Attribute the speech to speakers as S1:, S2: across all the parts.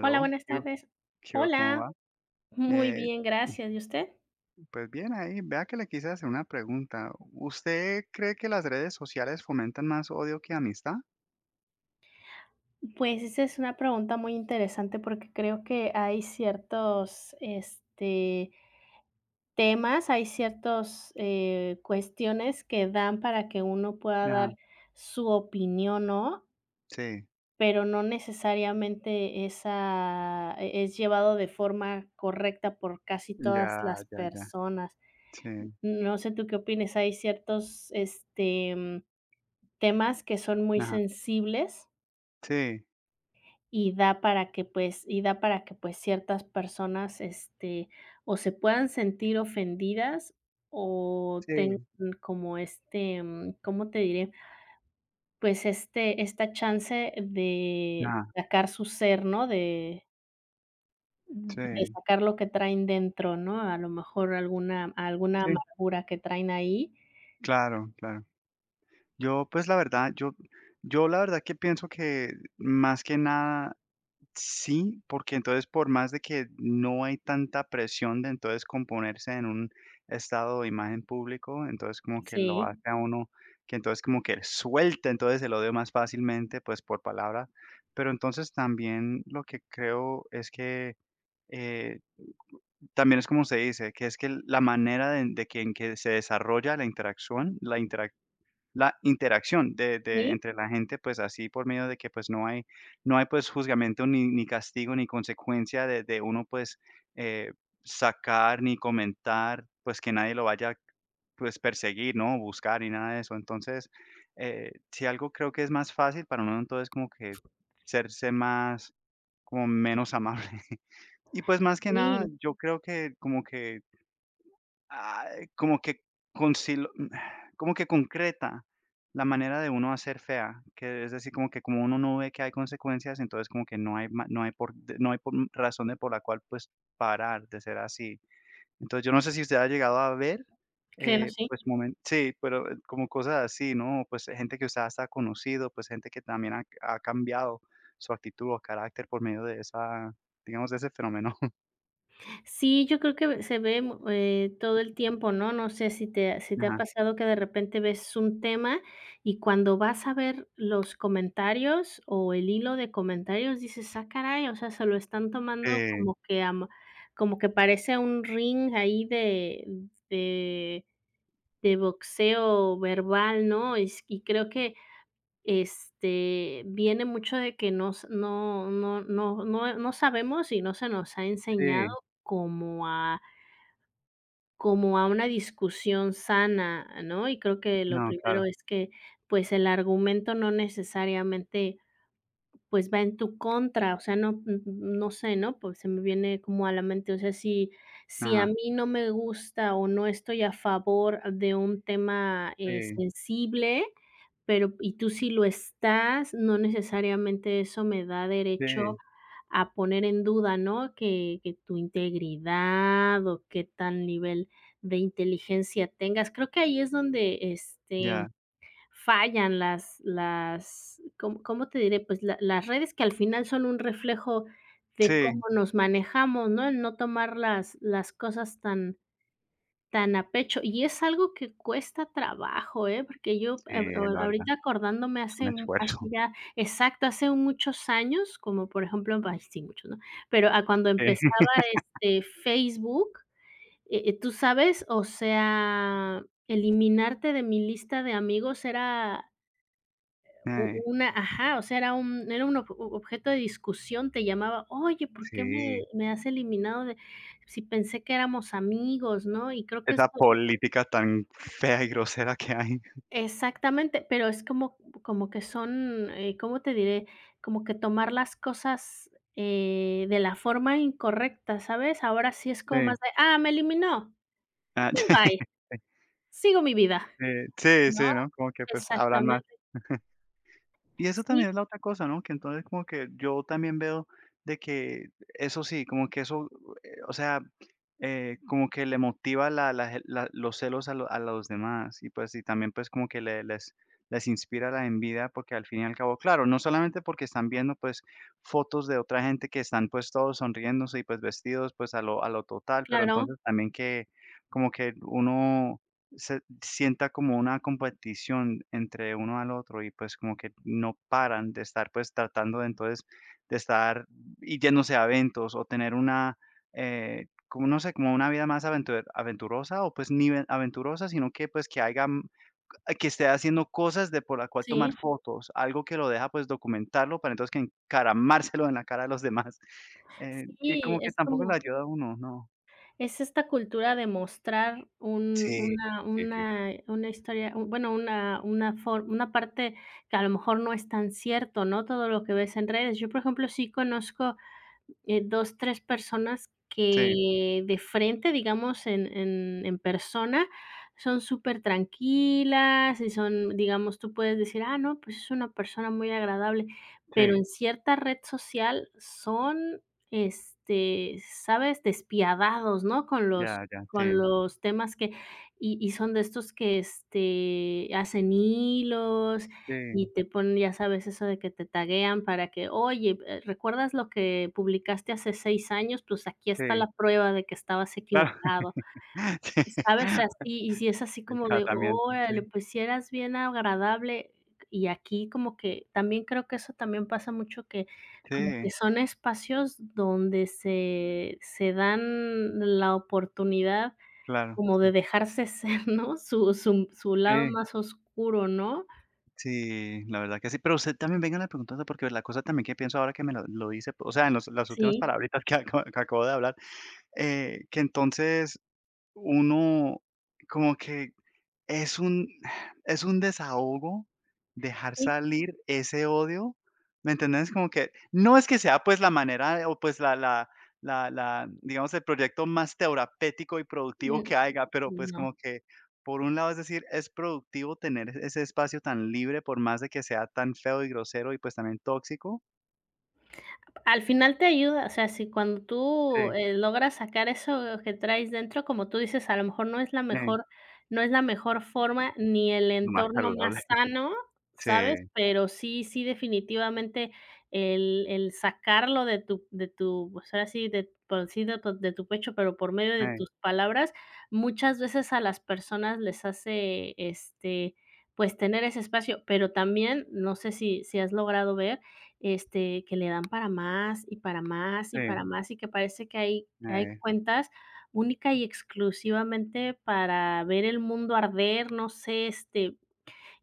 S1: Hola, buenas
S2: ¿qué hubo?
S1: tardes.
S2: ¿Qué hubo? ¿Cómo
S1: Hola,
S2: va?
S1: muy
S2: Eh,
S1: bien, gracias. ¿Y usted?
S2: pues bien, ahí, vea que le quise hacer una pregunta. ¿Usted cree que las redes sociales fomentan más odio que amistad?
S1: Pues esa es una pregunta muy interesante porque creo que hay ciertos, temas, hay ciertas cuestiones que dan para que uno pueda
S2: Ajá,
S1: dar su opinión, ¿no?
S2: sí,
S1: Pero no necesariamente esa es llevado de forma correcta por casi todas
S2: ya,
S1: las
S2: ya, ya,
S1: personas.
S2: sí,
S1: No sé, ¿tú qué opines? Hay ciertos, temas que son muy
S2: ajá,
S1: sensibles
S2: sí,
S1: y da para que, pues, ciertas personas, o se puedan sentir ofendidas o tengan
S2: sí,
S1: como ¿cómo te diré? Pues, esta chance de
S2: ajá,
S1: sacar su ser, ¿no? De
S2: sí,
S1: sacar lo que traen dentro, ¿no? A lo mejor alguna
S2: sí,
S1: amargura que traen ahí.
S2: claro, claro. Yo, pues, la verdad, yo la verdad que pienso que más que nada sí, porque entonces por más de que no hay tanta presión de entonces componerse en un estado de imagen público, entonces como que lo
S1: Sí,
S2: hace a uno que entonces como que suelta entonces el odio más fácilmente, pues, por palabra. Pero entonces también lo que creo es que, eh, también es como se dice, que es que la manera de que en que se desarrolla la interacción de
S1: sí,
S2: entre la gente, pues, así por medio de que, pues, no hay, pues, juzgamiento, ni castigo, ni consecuencia de uno, pues, eh, sacar, ni comentar, pues, que nadie lo vaya, pues, perseguir, ¿no? Buscar, ni nada de eso. Entonces, si algo creo que es más fácil para uno, entonces, como que serse más como menos amable. Y, pues, más que
S1: sí,
S2: nada, yo creo que como que ay, como que concilo como que concreta la manera de uno hacer fea, que es decir, como que como uno no ve que hay consecuencias, entonces como que no hay ma no hay por d no hay por razón de por la cual, pues, parar de ser así. Entonces, yo no sé si usted ha llegado a ver,
S1: claro, sí.
S2: pues, momen sí, pero como cosas así, ¿no? Pues, gente que usted hasta ha conocido, pues, gente que también ha cambiado su actitud o carácter por medio de esa digamos, de ese fenómeno.
S1: Sí, yo creo que se ve, todo el tiempo, ¿no? No sé si te ha
S2: Ajá.
S1: pasado que de repente ves un tema y cuando vas a ver los comentarios o el hilo de comentarios dices: "Ah, caray". O sea, se lo están tomando
S2: Sí,
S1: como que am como que parece un ring ahí de de boxeo verbal, ¿no? Es Y creo que, viene mucho de que nos no sabemos y no se nos ha enseñado
S2: sí.
S1: como a como a una discusión sana, ¿no? Y creo que lo
S2: No, claro.
S1: primero es que, pues, el argumento no necesariamente pues va en tu contra, o sea, no sé, ¿no? Pues se me viene como a la mente, o sea, si a
S2: Ajá,
S1: mí no me gusta o no estoy a favor de un tema,
S2: sí.
S1: sensible, pero y tú sí lo estás, no necesariamente eso me da derecho
S2: Sí,
S1: a poner en duda, ¿no? Que tu integridad o qué tal nivel de inteligencia tengas. Creo que ahí es donde,
S2: ya.
S1: fallan las ¿cómo te diré? Pues, la las redes que al final son un reflejo de cómo
S2: Sí,
S1: nos manejamos, ¿no? El no tomar las cosas tan a pecho. Y es algo que cuesta trabajo, ¿eh? Porque yo,
S2: sí, la verdad,
S1: ahorita acordándome
S2: es un
S1: hace
S2: esfuerzo.
S1: ya exacto, hace muchos años, como por ejemplo, ay, sí, muchos, ¿no? Pero a cuando empezaba,
S2: Sí,
S1: Facebook, tú sabes, o sea, eliminarte de mi lista de amigos era U
S2: ay,
S1: una ajá, o sea, era un ob objeto de discusión, te llamaba: "Oye, ¿por qué me
S2: sí,
S1: me has eliminado de si pensé que éramos amigos?", ¿no? Y creo que
S2: esa
S1: esto
S2: política tan fea y grosera que hay.
S1: exactamente, pero es como que son, ¿cómo te diré? Como que tomar las cosas, de la forma incorrecta, ¿sabes? Ahora sí es como
S2: Sí,
S1: más de: "Ah, me eliminó,
S2: ah,
S1: pues
S2: sí,
S1: bye, sigo mi vida",
S2: Sí,
S1: ¿no?
S2: sí, ¿no? Como que, pues, hablan más.
S1: Exactamente.
S2: Y eso también
S1: Sí,
S2: es la otra cosa, ¿no? Que entonces como que yo también veo de que eso sí, como que eso, o sea, como que le motiva la- la ge- la- los celos a, lo- a los demás y pues y también pues como que le- les inspira la envidia porque al fin y al cabo, claro, no solamente porque están viendo pues fotos de otra gente que están pues todos sonriéndose y pues vestidos pues a lo total, pero
S1: claro,
S2: entonces también que como que uno se sienta como una competición entre uno al otro y pues como que no paran de estar pues tratando de entonces de estar y yéndose a eventos o tener una, como no sé, como una vida más aventur aventurosa o pues ni ven- aventurosa, sino que pues que haga, m- que esté haciendo cosas de por la cual tomar
S1: sí,
S2: fotos, algo que lo deja pues documentarlo para entonces que encaramárselo en la cara a los demás. Y
S1: sí,
S2: como que
S1: es
S2: tampoco le
S1: como
S2: ayuda a uno, ¿no?
S1: Es esta cultura de mostrar un
S2: Sí, sí, sí.
S1: una historia, bueno, una for una parte que a lo mejor no es tan cierto, ¿no? Todo lo que ves en redes. Yo, por ejemplo, sí conozco 2, 3 personas
S2: Sí,
S1: que de frente, digamos, en persona, son súper tranquilas y son, digamos, tú puedes decir: "Ah, no, pues es una persona muy agradable",
S2: sí,
S1: pero en cierta red social son, ¿sabes?, despiadados, ¿no?,
S2: ya, ya,
S1: con
S2: sí.
S1: los temas que y son de estos que, hacen hilos
S2: Sí,
S1: y te ponen, ya sabes, eso de que te taguean para que: "Oye, ¿recuerdas lo que publicaste hace 6 años? Pues aquí está
S2: sí,
S1: la prueba de que estabas
S2: claro.
S1: equivocado", ¿sabes? Así, y si es así
S2: Sí, el
S1: como de:
S2: casamiento, sí.
S1: "Órale, pues si eras bien agradable". Y aquí como que también creo que eso también pasa mucho que como que
S2: Sí,
S1: son espacios donde se dan la oportunidad
S2: claro,
S1: como de
S2: sí,
S1: dejarse ser, ¿no? Su lado
S2: sí,
S1: más oscuro, ¿no?
S2: sí, la verdad que sí. Pero usted también venga véngale preguntando, porque la cosa también que pienso ahora que me lo dice, o sea, en los las últimas
S1: Sí,
S2: palabritas que acabo que acabo de hablar, que entonces uno como que es un es un desahogo dejar
S1: sí.
S2: salir ese odio, ¿me entendés? Como que no es que sea, pues, la manera o, pues, la, digamos, el proyecto más terapéutico y productivo
S1: Mm,
S2: que haya, pero, pues,
S1: no.
S2: como que por un lado, es decir, es productivo tener e-, ese espacio tan libre, por más de que sea tan feo y grosero y, pues, también tóxico.
S1: Al final te ayuda, o sea, si cuando tú,
S2: Sí,
S1: logras sacar eso que traes dentro, como tú dices, a lo mejor
S2: sí,
S1: no es la mejor forma ni el
S2: lo más
S1: entorno
S2: saludable.
S1: más sano,
S2: Sí,
S1: ¿sabes? Pero sí, sí, definitivamente el sacarlo de tu, pues, ahora sí, de por sí, de tu pecho, pero por medio de
S2: sí,
S1: tus palabras, muchas veces a las personas les hace, pues, tener ese espacio, pero también, no sé si has logrado ver que le dan para más, y para más, y
S2: sí,
S1: para más, y que parece que hay
S2: sí,
S1: hay cuentas única y exclusivamente para ver el mundo arder, no sé,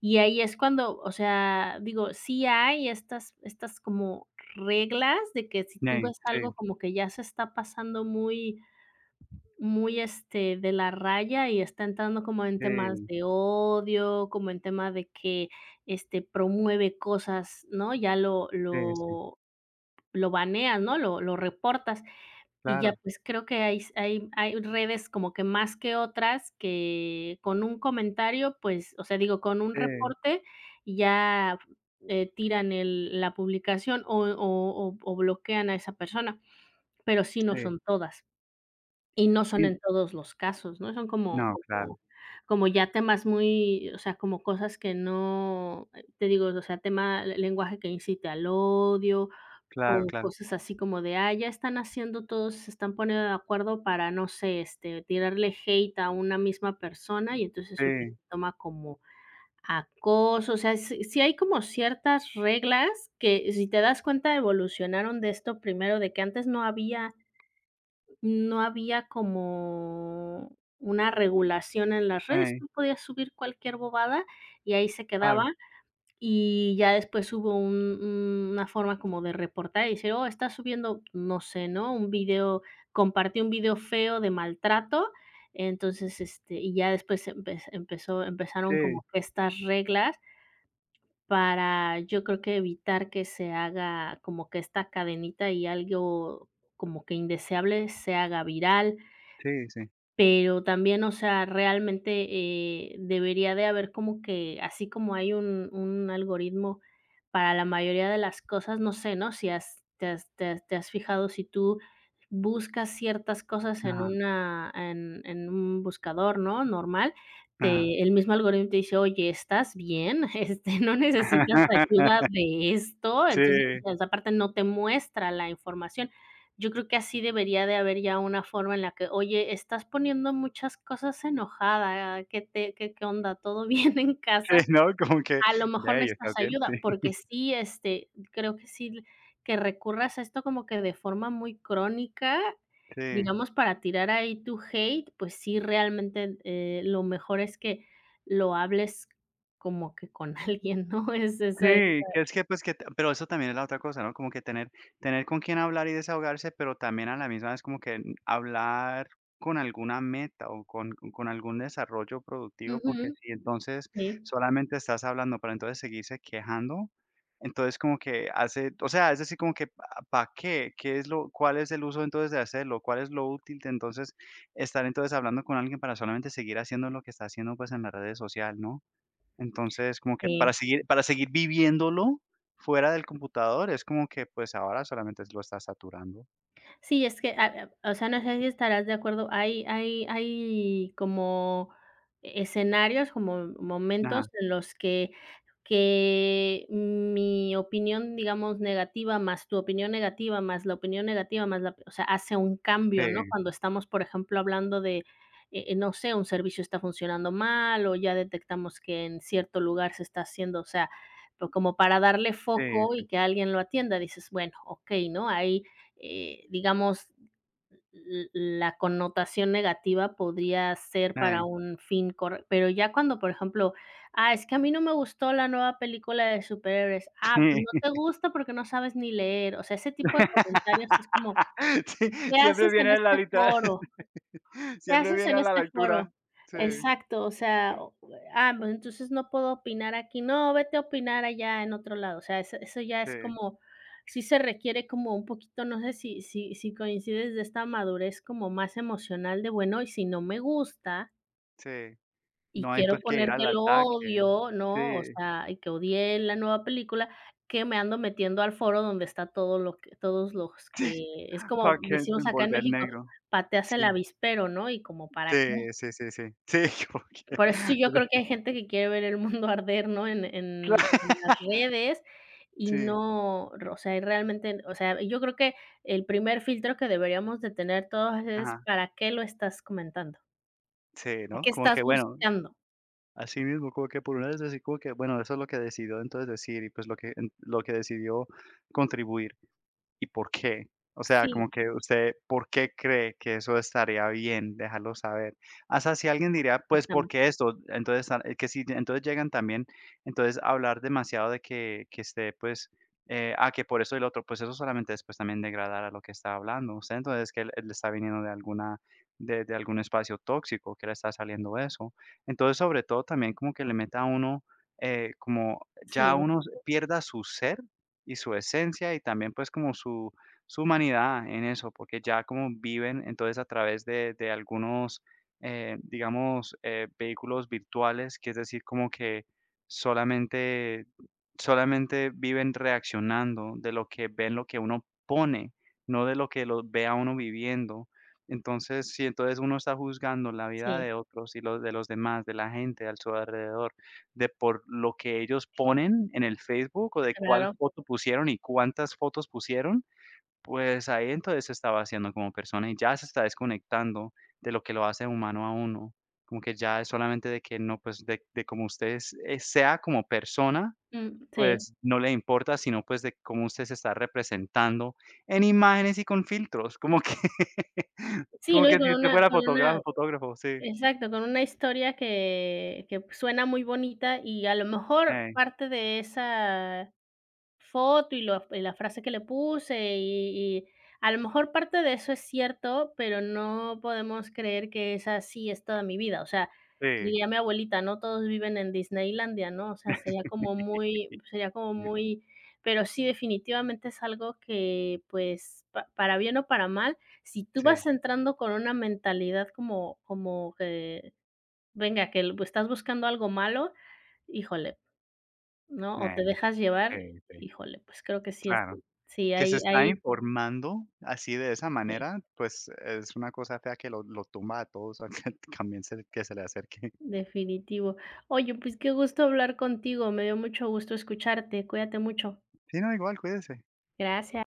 S1: y ahí es cuando, o sea, digo, sí hay estas como reglas de que si tú
S2: sí,
S1: ves
S2: sí,
S1: algo como que ya se está pasando muy, de la raya y está entrando como en temas
S2: sí,
S1: de odio, como en tema de que, promueve cosas, ¿no? Ya lo
S2: sí, sí,
S1: lo lo baneas, ¿no? Lo reportas, y ya,
S2: claro,
S1: pues, creo que hay redes como que más que otras que con un comentario, pues, o sea, digo, con un
S2: sí,
S1: reporte ya, tiran el la publicación o bloquean a esa persona, pero sí no
S2: sí.
S1: son todas, y no son en todos los casos, ¿no? Son como
S2: No, claro,
S1: como ya temas muy, o sea, como cosas que no, te digo, o sea, tema lenguaje que incite al odio
S2: claro,
S1: o
S2: claro.
S1: cosas así como de, ah, ya están haciendo todos, se están poniendo de acuerdo para, no sé, tirarle hate a una misma persona y entonces eso se
S2: Sí,
S1: toma como acoso. O sea, sí, sí hay como ciertas reglas que, si te das cuenta, evolucionaron de esto primero, de que antes no había, no había como una regulación en las redes.
S2: ey,
S1: Tú podías subir cualquier bobada y ahí se quedaba
S2: claro,
S1: y ya después hubo una forma como de reportar y decir: "Oh, está subiendo", no sé, ¿no? Un video compartí un video feo de maltrato, entonces, y ya después empezaron como
S2: sí,
S1: que estas reglas para, yo creo que evitar que se haga como que esta cadenita y algo como que indeseable se haga viral.
S2: sí, sí.
S1: Pero también, o sea, realmente, debería de haber como que, así como hay un algoritmo para la mayoría de las cosas, no sé, ¿no? Si has te has te has te has fijado, si tú buscas ciertas cosas en
S2: Ajá,
S1: una en un buscador, ¿no?, normal,
S2: ajá.
S1: te el mismo algoritmo te dice: "Oye, ¿estás bien? Este, ¿no necesitas ayuda de esto?".
S2: Sí,
S1: Entonces, pues, aparte no te muestra la información. Yo creo que así debería de haber ya una forma en la que, oye, estás poniendo muchas cosas enojada, ¿qué te qué qué onda? ¿Todo bien en
S2: sí,
S1: casa?
S2: ¿no? Como que,
S1: A lo
S2: de
S1: mejor
S2: ahí
S1: necesitas
S2: está bien, sí,
S1: ayuda, porque sí, creo que sí, que recurras a esto como que de forma muy crónica,
S2: sí.
S1: digamos, para tirar ahí tu hate, pues sí, realmente, lo mejor es que lo hables como que con alguien, ¿no? Es ese
S2: Sí, que es que, pues, que t- pero eso también es la otra cosa, ¿no? Como que tener con quién hablar y desahogarse, pero también a la misma vez como que n- hablar con alguna meta o con algún desarrollo productivo,
S1: ujú,
S2: porque si entonces
S1: sí,
S2: solamente estás hablando para entonces seguirse quejando, entonces como que hace o sea, es decir, como que ¿pa para qué? ¿Qué es lo cuál es el uso entonces de hacerlo? ¿Cuál es lo útil de entonces estar entonces hablando con alguien para solamente seguir haciendo lo que está haciendo, pues, en las redes social, no? Entonces, como que
S1: sí.
S2: para seguir viviéndolo fuera del computador, es como que, pues, ahora solamente lo está saturando.
S1: Sí, es que, ah, ah, o sea, no sé si estarás de acuerdo, hay hay como escenarios, como
S2: Ajá.
S1: momentos en los que mi opinión, digamos, negativa, más tu opinión negativa, más la opinión negativa, más la, o sea, hace un cambio, ¿no?
S2: Sí,
S1: Cuando estamos, por ejemplo, hablando de, no sé, un servicio está funcionando mal, o ya detectamos que en cierto lugar se está haciendo, o sea, pues, como para darle
S2: sí,
S1: foco
S2: sí.
S1: y que alguien lo atienda, dices: "Bueno, okey", ¿no? Ahí, digamos, la connotación negativa podría ser para
S2: Ay,
S1: un fin correcto, pero ya cuando, por ejemplo, ah, es que a mí no me gustó la nueva película de superhéroes, ah, pues no
S2: sí.
S1: te gusta porque no sabes ni leer, o sea, ese tipo de comentarios es como,
S2: Sí,
S1: ¿y qué
S2: siempre
S1: haces en
S2: viene la
S1: este
S2: literal
S1: foro? ¿Qué
S2: siempre
S1: haces
S2: viene
S1: en
S2: a la
S1: este foro?
S2: lectura. Sí,
S1: Exacto, o sea, o ah, pues entonces no puedo opinar aquí, no, vete a opinar allá en otro lado, o sea, eso ya
S2: sí,
S1: es como, sí se requiere como un poquito, no sé si coincides de esta madurez como más emocional de, bueno, y si no me gusta
S2: sí.
S1: y
S2: No hay,
S1: quiero
S2: pues, que ir
S1: poner
S2: al
S1: que lo
S2: ataque.
S1: odio,
S2: Sí,
S1: ¿no? O sea, y que odié la nueva película, que me ando metiendo al foro donde está todo lo que todos los
S2: sí,
S1: que es
S2: para
S1: como
S2: que
S1: decimos acá en
S2: volver
S1: México,
S2: negro.
S1: pateas
S2: Sí,
S1: el avispero, ¿no? Y como para qué.
S2: sí, sí, sí, sí. Sí, como que
S1: Por eso sí, yo creo que hay gente que quiere ver el mundo arder, ¿no? En en
S2: Claro.
S1: en las redes y
S2: Sí,
S1: no, o sea, y realmente, o sea, yo creo que el primer filtro que deberíamos de tener todos es
S2: ajá.
S1: para qué lo estás comentando,
S2: Sí,
S1: a
S2: ¿no?
S1: qué
S2: Como
S1: estás
S2: que bueno
S1: buscando.
S2: así mismo, como que por una vez decir como que, bueno, eso es lo que decidió entonces decir y pues lo que en- lo que decidió contribuir. ¿Y por qué? O sea,
S1: Sí,
S2: como que usted, ¿por qué cree que eso estaría bien dejarlo saber? Hasta si alguien diría, pues, ¿por
S1: exactamente.
S2: qué esto? Entonces, ah, que si entonces llegan también, entonces hablar demasiado de que esté, pues, ah, que por eso y lo otro, pues eso solamente después también degradar a lo que está hablando usted, entonces que le está viniendo de alguna de algún espacio tóxico que le está saliendo eso. Entonces, sobre todo, también como que le meta a uno, como
S1: Sí,
S2: ya uno
S1: defini
S2: pierda su ser y su esencia y también pues como su humanidad en eso, porque ya como viven entonces a través de algunos, digamos, vehículos virtuales, que es decir, como que solamente, solamente viven reaccionando de lo que ven, lo que uno pone, no de lo que lo vea uno viviendo. Entonces, si entonces uno está juzgando la vida
S1: sí,
S2: de otros y los de los demás, de la gente al su alrededor, de por lo que ellos ponen en el Facebook o de cuál
S1: claro.
S2: foto pusieron y cuántas fotos pusieron, pues ahí entonces se está vaciando como persona y ya se está desconectando de lo que lo hace humano a uno. Como que ya es solamente de que no, pues de como usted es- sea como persona,
S1: Mm, sí.
S2: pues no le importa, sino pues de cómo usted se está representando en imágenes y con filtros. Como que,
S1: Sí,
S2: como
S1: ¿no? Y
S2: que si
S1: con
S2: usted
S1: una
S2: fuera fotógrafo, fotógrafo, sí.
S1: con una historia que suena muy bonita y a lo mejor
S2: Eh,
S1: parte de esa foto y lo y la frase que le puse, y a lo mejor parte de eso es cierto, pero no podemos creer que es así es toda mi vida. O sea,
S2: sí.
S1: diría mi abuelita, no todos viven en Disneylandia, ¿no? O sea, sería como muy, pero sí, definitivamente es algo que, pues, pa para bien o para mal, si tú
S2: Sí.
S1: vas entrando con una mentalidad como que, venga, que estás buscando algo malo, híjole, ¿no? O te
S2: Eh,
S1: dejas llevar,
S2: sí, sí,
S1: híjole, pues creo que sí, es
S2: claro.
S1: sí,
S2: Que se
S1: ahí
S2: está
S1: ahí
S2: informando así de esa
S1: sí,
S2: manera, pues, es una cosa fea que lo tumba a todos, a que también se que se le acerque.
S1: definitivo. Oye, pues qué gusto hablar contigo, me dio mucho gusto escucharte, cuídate mucho.
S2: Sí, no, igual, cuídese.
S1: Gracias.